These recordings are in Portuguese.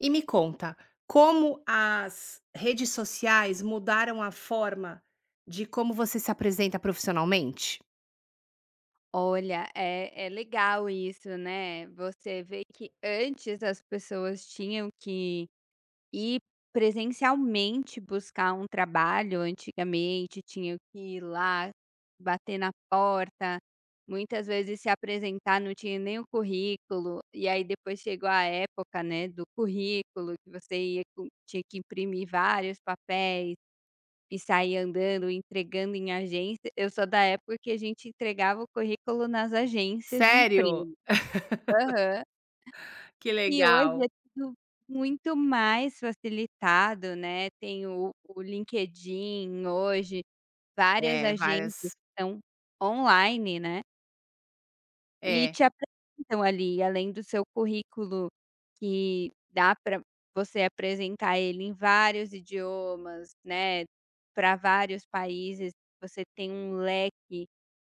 E me conta, como as redes sociais mudaram a forma de como você se apresenta profissionalmente? Olha, é legal isso, né. Você vê que antes as pessoas tinham que ir presencialmente buscar um trabalho, antigamente tinham que ir lá, bater na porta, muitas vezes se apresentar, não tinha nem o currículo, e aí depois chegou a época, né, do currículo que você ia com tinha que imprimir vários papéis. E sair andando, entregando em agência. Eu sou da época que a gente entregava o currículo nas agências de Sério? emprego. Aham. Que E hoje é legal. tudo muito mais facilitado, né, tem o LinkedIn hoje, várias É, agências várias estão online, né. E te é, apresentam ali, além do seu currículo, que dá para você apresentar ele em vários idiomas, né, para vários países, você tem um leque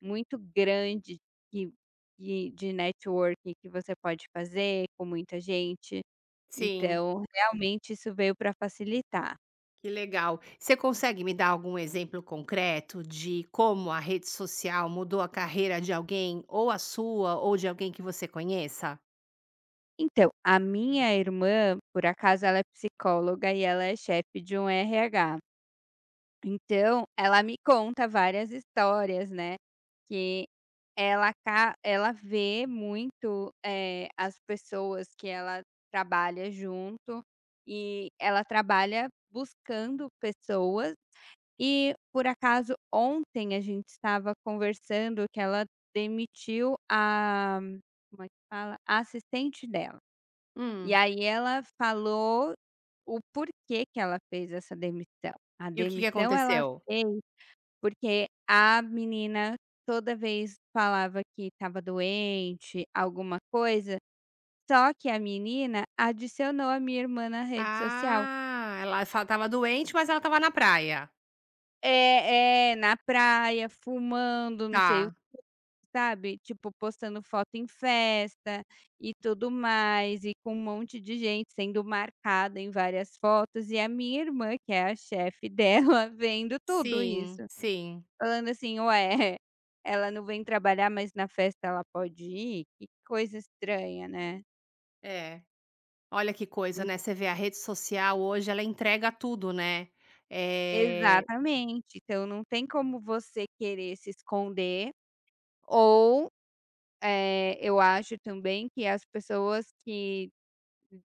muito grande de de networking que você pode fazer com muita gente, sim, então realmente isso veio para facilitar. que legal. Você consegue me dar algum exemplo concreto de como a rede social mudou a carreira de alguém, ou a sua, ou de alguém que você conheça? Então, a minha irmã, por acaso, ela é psicóloga e ela é chefe de um RH. Então, ela me conta várias histórias, né, que ela vê muito, as pessoas que ela trabalha junto, e ela trabalha buscando pessoas e, por acaso, ontem a gente estava conversando que ela demitiu a como é que fala? A assistente dela. E Hum, aí ela falou o porquê que ela fez essa demissão. A e o que que demissão ela aconteceu? fez porque a menina toda vez falava que estava doente, alguma coisa, só que a menina adicionou a minha irmã na rede social. Ah, ela fa estava doente, mas ela tava na praia. É, é, na praia, fumando, não sei o Tá. que, sabe? Tipo, postando foto em festa e tudo mais, e com um monte de gente sendo marcada em várias fotos, e a minha irmã, que é a chefe dela, vendo tudo Sim, isso. sim, Falando assim: "Ué, ela não vem trabalhar, mas na festa ela pode ir? Que coisa estranha, né?" é. Olha que coisa, Hum. né, você vê a rede social hoje ela entrega tudo, né. Eh, Exatamente. Então não tem como você querer se esconder ou, eu acho também que as pessoas que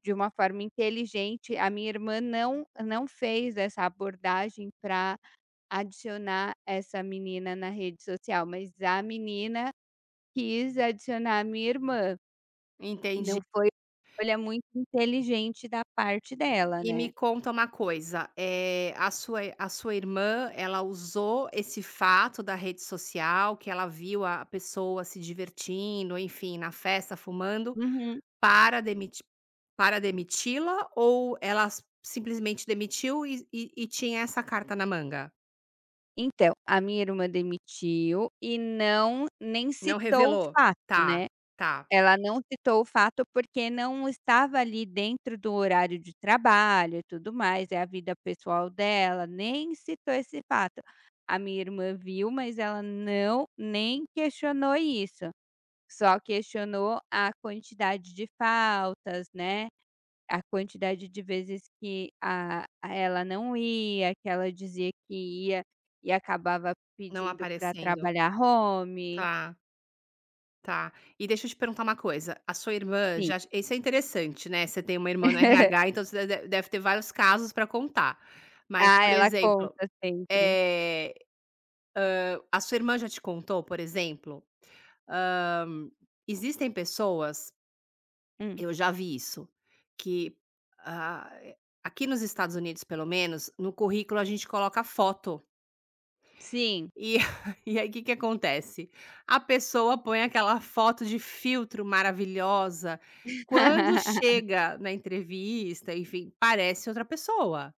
de uma forma inteligente a minha irmã não fez essa abordagem para adicionar essa menina na rede social, mas a menina quis adicionar a minha irmã. entendi. Não foi olha, muito inteligente da parte dela, E né. me conta uma coisa, a sua irmã, ela usou esse fato da rede social, que ela viu a pessoa se divertindo, enfim, na festa, fumando, Uhum. para demiti para demiti-la ou ela s simplesmente demitiu e tinha essa carta na manga? Então, a minha irmã demitiu e não nem Não citou o revelou? fato, Tá, né. tá. Ela não citou o fato, porque não estava ali dentro do horário de trabalho e tudo mais, é a vida pessoal dela, nem citou esse fato. A minha irmã viu, mas ela não nem questionou isso, só questionou a quantidade de faltas, né. A quantidade de vezes que a ela não ia, que ela dizia que ia e acabava Não pedindo para aparecendo. trabalhar home. Tá, tá. E deixa eu te perguntar uma coisa, a sua irmã Sim. já isso é interessante, né, você tem uma irmã no RH, então você de deve ter vários casos para contar. Mas, Ah, por ela exemplo, conta sempre. eh, a sua irmã já te contou, por exemplo, hã, existem pessoas, Hum. eu já vi isso, que, ah, aqui nos Estados Unidos, pelo menos, no currículo a gente coloca foto. Sim. E e aí o que que acontece? A pessoa põe aquela foto de filtro maravilhosa, quando chega na entrevista, enfim, parece outra pessoa.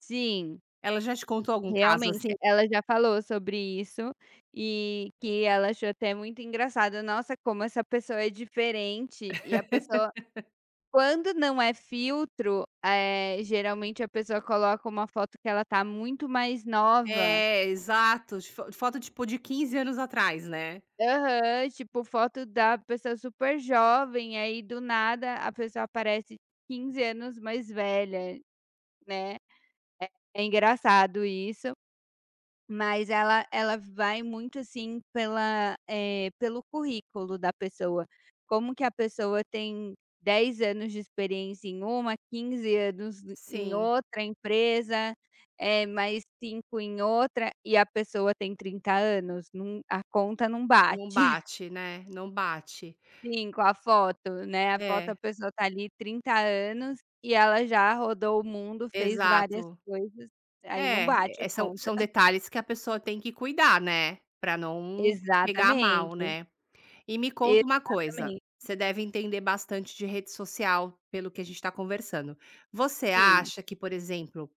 Sim, Ela já te contou algum caso realmente assim? ela já falou sobre isso e que ela achou até muito engraçado. Nossa, como essa pessoa é diferente e a pessoa quando não é filtro, geralmente a pessoa coloca uma foto que ela tá muito mais nova. É, exato, de fo foto tipo de 15 anos atrás, né. Aham, tipo foto da pessoa super jovem, aí do nada a pessoa aparece 15 anos mais velha, né. É engraçado isso. Mas ela vai muito, assim, pela, pelo currículo da pessoa. Como que a pessoa tem 10 anos de experiência em uma, 15 anos em Sim, outra empresa, mais 5 em outra, e a pessoa tem 30 anos, não a conta não não bate. bate, né, não bate. Sim, com a foto, né, a foto É, a pessoa tá ali 30 anos e ela já rodou o mundo, fez várias exato. coisas, aí não É, bate a são conta. são detalhes que a pessoa tem que cuidar, né, pra não pegar Exatamente. mal, né. E me conta uma coisa, Exatamente, você deve entender bastante de rede social, pelo que a gente está conversando. Você sim. acha que, por exemplo,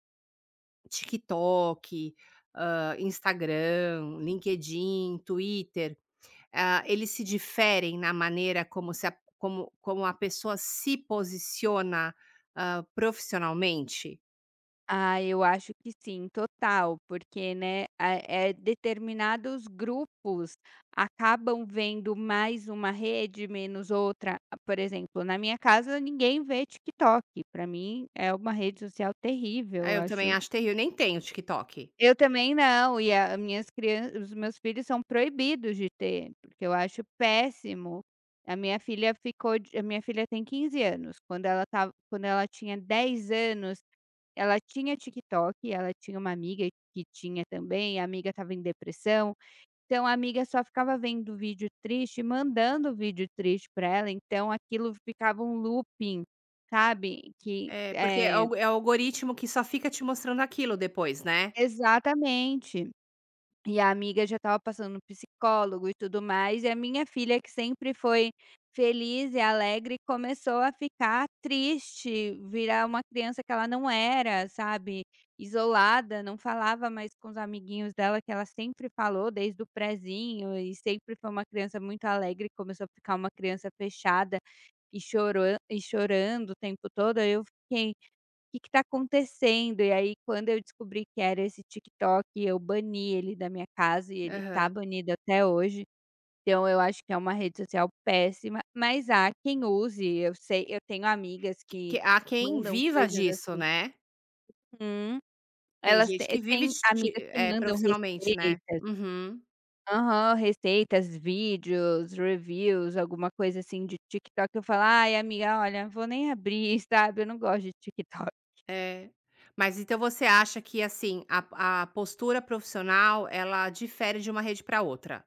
TikTok, Instagram, LinkedIn, Twitter, ah, eles se diferem na maneira como se a como como a pessoa se posiciona, profissionalmente? Ah, eu acho que sim, total, porque, né, ah, determinados grupos acabam vendo mais uma rede, menos outra. Ah, por exemplo, na minha casa ninguém vê TikTok, para mim é uma rede social terrível, Ah, eu eu também acho. acho terrível, eu nem tenho TikTok. Eu também não, e a minhas crian os meus filhos são proibidos de ter, porque eu acho péssimo. A minha filha tem 15 anos, quando ela estava quando ela tinha 10 anos, ela tinha TikTok, ela tinha uma amiga que tinha também, a amiga estava em depressão, então a amiga só ficava vendo vídeo triste e mandando vídeo triste pra ela, então aquilo ficava um looping, sabe, que É, porque é é o algoritmo que só fica te mostrando aquilo depois, né? exatamente. E a amiga já estava passando no psicólogo e tudo mais, e a minha filha que sempre foi feliz e alegre, começou a ficar triste, virar uma criança que ela não era, sabe, isolada, não falava mais com os amiguinhos dela que ela sempre falou desde o prezinho e sempre foi uma criança muito alegre, começou a ficar uma criança fechada e chorou e chorando o tempo todo, aí eu fiquei que tá acontecendo? E aí quando eu descobri que era esse TikTok, eu bani ele da minha casa e ele tá Aham. banido até hoje. Então eu acho que é uma rede social péssima, mas há quem use, eu sei eu tenho amigas que Que há quem mandam viva coisas disso, assim né. uhum. Tem Elas te gente que vive tem de amigas que mandam profissionalmente, né. receitas Uhum. aham, receitas, vídeos, reviews, alguma coisa assim de TikTok, eu falo: "Ai amiga, olha, vou nem abrir", sabe, eu não gosto de TikTok. É. Mas então você acha que, assim, a postura profissional ela difere de uma rede para outra.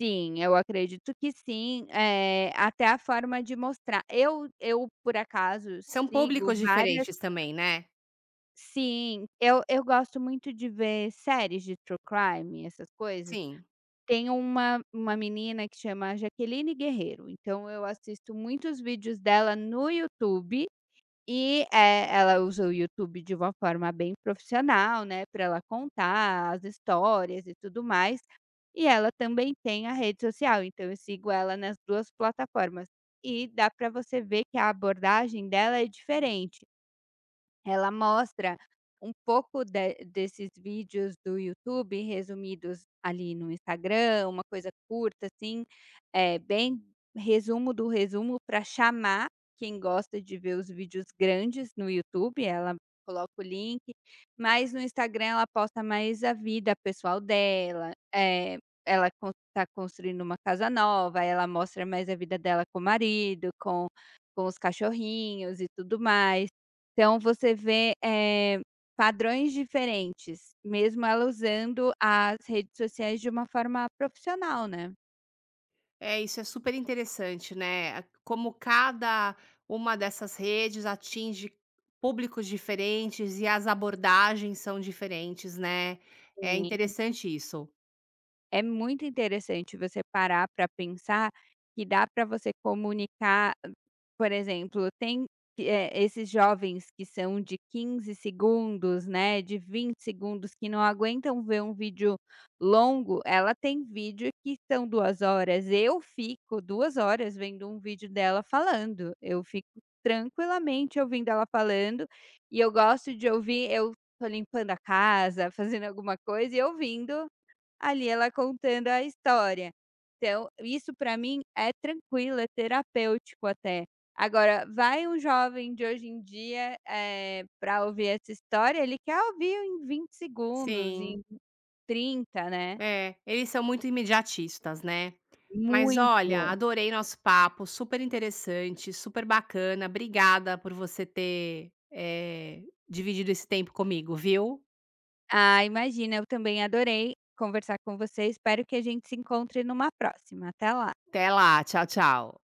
Sim, eu acredito que sim, até a forma de mostrar. Eu, por acaso, São sigo públicos várias diferentes também, né. sim, eu gosto muito de ver séries de true crime, essas coisas. Sim. Tem uma menina que chama Jaqueline Guerreiro, então eu assisto muitos vídeos dela no YouTube e, ela usa o YouTube de uma forma bem profissional, né, para ela contar as histórias e tudo mais. E ela também tem a rede social, então eu sigo ela nas 2 plataformas. E dá para você ver que a abordagem dela é diferente. Ela mostra um pouco de desses vídeos do YouTube resumidos ali no Instagram, uma coisa curta assim, é bem resumo do resumo para chamar quem gosta de ver os vídeos grandes no YouTube, ela coloca o link, mas no Instagram ela posta mais a vida pessoal dela, ela está construindo uma casa nova, ela mostra mais a vida dela com o marido, com os cachorrinhos e tudo mais. Então você vê, padrões diferentes, mesmo ela usando as redes sociais de uma forma profissional, né? É, isso é super interessante, né, a como cada uma dessas redes atinge públicos diferentes e as abordagens são diferentes, né. É interessante isso. É muito interessante você parar para pensar que dá para você comunicar por exemplo, tem, esses jovens que são de 15 segundos, né, de 20 segundos, que não aguentam ver um vídeo longo. Ela tem vídeo que são 2 horas. Eu fico 2 horas vendo um vídeo dela falando. Eu fico tranquilamente ouvindo ela falando e eu gosto de ouvir eu tô limpando a casa, fazendo alguma coisa e ouvindo ali ela contando a história. Então, isso para mim é tranquilo, é terapêutico até. Agora, vai um jovem de hoje em dia, para ouvir essa história, ele quer ouvir em 20 segundos, em Sim. 30, né. É, eles são muito imediatistas, né. Mas olha, Muito. adorei nosso papo, super interessante, super bacana. Obrigada por você ter, dividido esse tempo comigo, viu? Ah, imagina, eu também adorei conversar com você, espero que a gente se encontre numa próxima. Até lá. Até lá, tchau, tchau.